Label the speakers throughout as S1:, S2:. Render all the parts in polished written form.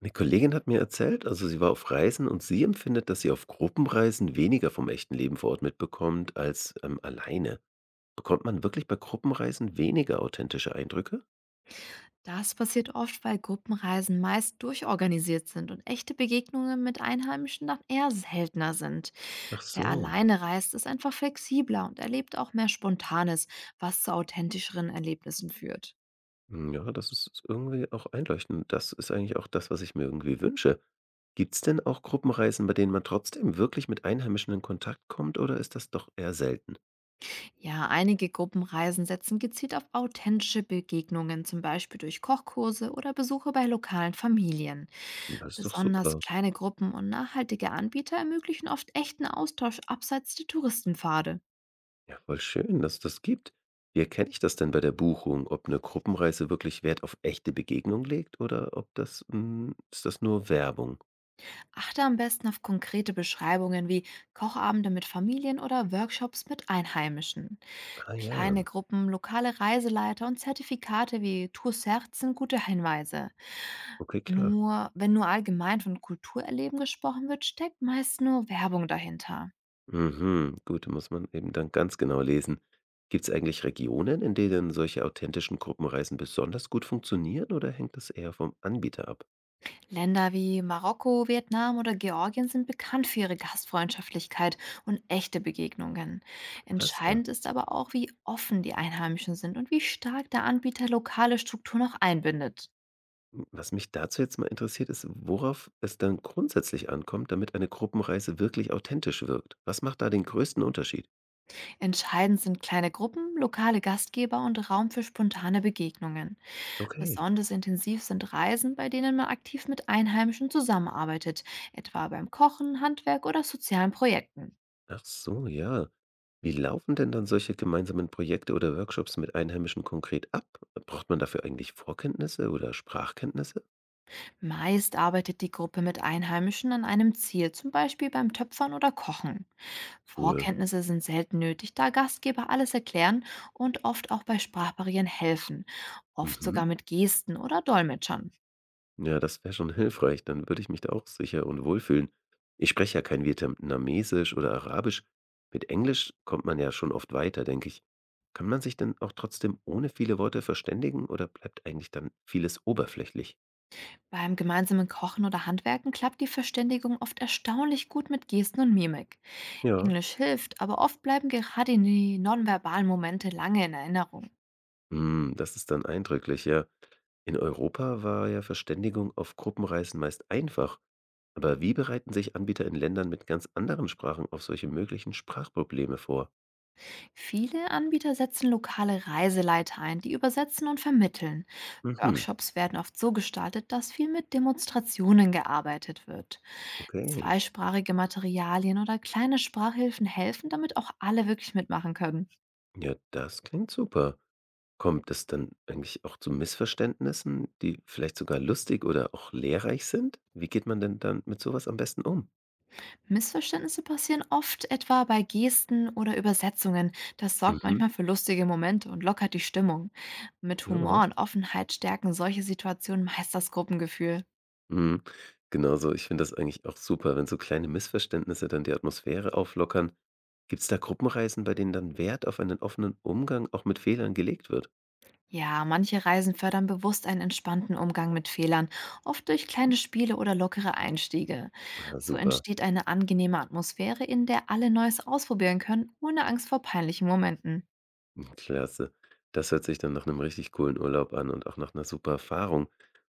S1: Eine Kollegin hat mir erzählt, also sie war auf Reisen und sie empfindet, dass sie auf Gruppenreisen weniger vom echten Leben vor Ort mitbekommt als alleine. Bekommt man wirklich bei Gruppenreisen weniger authentische Eindrücke?
S2: Das passiert oft, weil Gruppenreisen meist durchorganisiert sind und echte Begegnungen mit Einheimischen dann eher seltener sind.
S1: Ach
S2: Wer
S1: so.
S2: alleine reist, ist einfach flexibler und erlebt auch mehr Spontanes, was zu authentischeren Erlebnissen führt.
S1: Hm, ja, das ist irgendwie auch einleuchtend. Das ist eigentlich auch das, was ich mir irgendwie wünsche. Gibt es denn auch Gruppenreisen, bei denen man trotzdem wirklich mit Einheimischen in Kontakt kommt, oder ist das doch eher selten?
S2: Ja, einige Gruppenreisen setzen gezielt auf authentische Begegnungen, zum Beispiel durch Kochkurse oder Besuche bei lokalen Familien.
S1: Das ist doch
S2: Besonders
S1: super.
S2: kleine Gruppen und nachhaltige Anbieter ermöglichen oft echten Austausch abseits der Touristenpfade.
S1: Ja, voll schön, dass es das gibt. Wie erkenne ich das denn bei der Buchung, ob eine Gruppenreise wirklich Wert auf echte Begegnung legt oder ob das, hm, ist das nur Werbung?
S2: Achte am besten auf konkrete Beschreibungen wie Kochabende mit Familien oder Workshops mit Einheimischen.
S1: Ah ja,
S2: Kleine Gruppen, lokale Reiseleiter und Zertifikate wie Tour Cert sind gute Hinweise.
S1: okay, klar.
S2: Nur wenn nur allgemein von Kulturerleben gesprochen wird, steckt meist nur Werbung dahinter.
S1: Mhm, gut, muss man eben dann ganz genau lesen. Gibt es eigentlich Regionen, in denen solche authentischen Gruppenreisen besonders gut funktionieren oder hängt das eher vom Anbieter ab?
S2: Länder wie Marokko, Vietnam oder Georgien sind bekannt für ihre Gastfreundschaftlichkeit und echte Begegnungen.
S1: Klasse.
S2: Entscheidend ist aber auch, wie offen die Einheimischen sind und wie stark der Anbieter lokale Strukturen auch einbindet.
S1: Hm, was mich dazu jetzt mal interessiert, ist, worauf es dann grundsätzlich ankommt, damit eine Gruppenreise wirklich authentisch wirkt. Was macht da den größten Unterschied?
S2: Entscheidend sind kleine Gruppen, lokale Gastgeber und Raum für spontane Begegnungen.
S1: Okay.
S2: Besonders intensiv sind Reisen, bei denen man aktiv mit Einheimischen zusammenarbeitet, etwa beim Kochen, Handwerk oder sozialen Projekten.
S1: Ach so, ja. Wie laufen denn dann solche gemeinsamen Projekte oder Workshops mit Einheimischen konkret ab? Braucht man dafür eigentlich Vorkenntnisse oder Sprachkenntnisse?
S2: Meist arbeitet die Gruppe mit Einheimischen an einem Ziel, zum Beispiel beim Töpfern oder Kochen.
S1: Cool.
S2: Vorkenntnisse sind selten nötig, da Gastgeber alles erklären und oft auch bei Sprachbarrieren helfen, oft sogar
S1: Mhm.
S2: mit Gesten oder Dolmetschern.
S1: Ja, das wäre schon hilfreich. Dann würde ich mich da auch sicher und wohlfühlen. Ich spreche ja kein Vietnamesisch oder Arabisch. Mit Englisch kommt man ja schon oft weiter, denke ich. Kann man sich denn auch trotzdem ohne viele Worte verständigen oder bleibt eigentlich dann vieles oberflächlich?
S2: Beim gemeinsamen Kochen oder Handwerken klappt die Verständigung oft erstaunlich gut mit Gesten und Mimik.
S1: Ja.
S2: Englisch hilft, aber oft bleiben gerade die nonverbalen Momente lange in Erinnerung.
S1: Hm, das ist dann eindrücklich, ja. In Europa war ja Verständigung auf Gruppenreisen meist einfach. Aber wie bereiten sich Anbieter in Ländern mit ganz anderen Sprachen auf solche möglichen Sprachprobleme vor?
S2: Viele Anbieter setzen lokale Reiseleiter ein, die übersetzen und vermitteln.
S1: Mhm,
S2: Workshops werden oft so gestaltet, dass viel mit Demonstrationen gearbeitet wird.
S1: okay.
S2: Zweisprachige Materialien oder kleine Sprachhilfen helfen, damit auch alle wirklich mitmachen können.
S1: Ja, das klingt super. Kommt es dann eigentlich auch zu Missverständnissen, die vielleicht sogar lustig oder auch lehrreich sind? Wie geht man denn dann mit sowas am besten um?
S2: Missverständnisse passieren oft etwa bei Gesten oder Übersetzungen. Das sorgt
S1: Mhm,
S2: manchmal für lustige Momente und lockert die Stimmung. Mit
S1: ja,
S2: Humor
S1: was?
S2: und Offenheit stärken solche Situationen meist das Gruppengefühl.
S1: Mhm. Genauso, ich finde das eigentlich auch super, wenn so kleine Missverständnisse dann die Atmosphäre auflockern. Gibt es da Gruppenreisen, bei denen dann Wert auf einen offenen Umgang auch mit Fehlern gelegt wird?
S2: Ja, manche Reisen fördern bewusst einen entspannten Umgang mit Fehlern, oft durch kleine Spiele oder lockere Einstiege.
S1: Ah,
S2: So
S1: super.
S2: entsteht eine angenehme Atmosphäre, in der alle Neues ausprobieren können, ohne Angst vor peinlichen Momenten.
S1: Mhm, klasse. Das hört sich dann nach einem richtig coolen Urlaub an und auch nach einer super Erfahrung.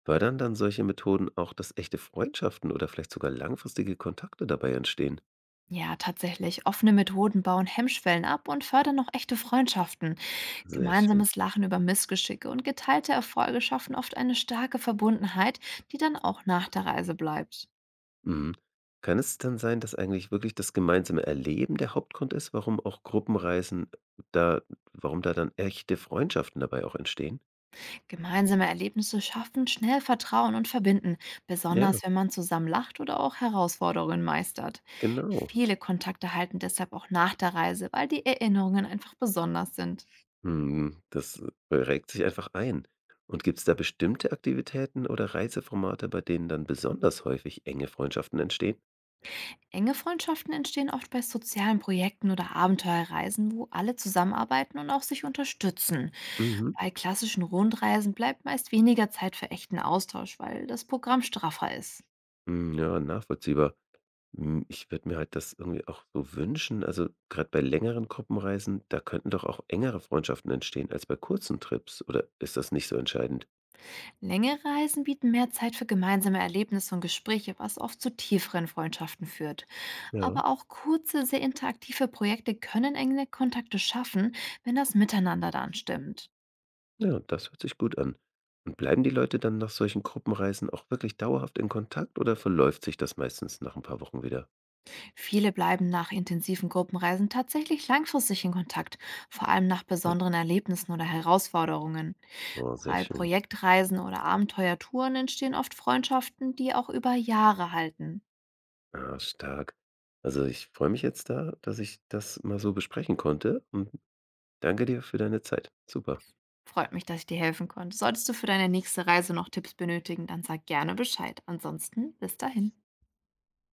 S1: Fördern dann solche Methoden auch, dass echte Freundschaften oder vielleicht sogar langfristige Kontakte dabei entstehen?
S2: Ja, tatsächlich, offene Methoden bauen Hemmschwellen ab und fördern auch echte Freundschaften.
S1: Sehr schön.
S2: Gemeinsames Lachen über Missgeschicke und geteilte Erfolge schaffen oft eine starke Verbundenheit, die dann auch nach der Reise bleibt.
S1: Mhm. Kann es dann sein, dass eigentlich wirklich das gemeinsame Erleben der Hauptgrund ist, warum auch Gruppenreisen da warum da dann echte Freundschaften dabei auch entstehen?
S2: Gemeinsame Erlebnisse schaffen schnell Vertrauen und verbinden,
S1: Ja,
S2: besonders wenn man zusammen lacht oder auch Herausforderungen meistert.
S1: genau.
S2: Viele Kontakte halten deshalb auch nach der Reise, weil die Erinnerungen einfach besonders sind.
S1: Mhm, das, regt sich einfach ein. Und gibt es da bestimmte Aktivitäten oder Reiseformate, bei denen dann besonders häufig enge Freundschaften entstehen?
S2: Enge Freundschaften entstehen oft bei sozialen Projekten oder Abenteuerreisen, wo alle zusammenarbeiten und auch sich unterstützen.
S1: Mhm.
S2: Bei klassischen Rundreisen bleibt meist weniger Zeit für echten Austausch, weil das Programm straffer ist.
S1: Hm, ja, nachvollziehbar. Hm, ich würde mir halt das irgendwie auch so wünschen, also gerade bei längeren Gruppenreisen, da könnten doch auch engere Freundschaften entstehen als bei kurzen Trips, oder ist das nicht so entscheidend?
S2: Längere Reisen bieten mehr Zeit für gemeinsame Erlebnisse und Gespräche, was oft zu tieferen Freundschaften führt.
S1: Ja,
S2: Aber auch kurze, sehr interaktive Projekte können enge Kontakte schaffen, wenn das Miteinander dann stimmt.
S1: ja, das hört sich gut an. Und bleiben die Leute dann nach solchen Gruppenreisen auch wirklich dauerhaft in Kontakt oder verläuft sich das meistens nach ein paar Wochen wieder?
S2: Viele bleiben nach intensiven Gruppenreisen tatsächlich langfristig in Kontakt, vor allem nach
S1: Hm.
S2: besonderen Erlebnissen oder Herausforderungen.
S1: Oh, sehr
S2: Bei
S1: schön.
S2: Projektreisen oder Abenteuertouren entstehen oft Freundschaften, die auch über Jahre halten.
S1: Ah, stark. Also, ich freue mich jetzt da, dass ich das mal so besprechen konnte und danke dir für deine Zeit. Super.
S2: Freut mich, dass ich dir helfen konnte. Solltest du für deine nächste Reise noch Tipps benötigen, dann sag gerne Bescheid. Ansonsten bis dahin.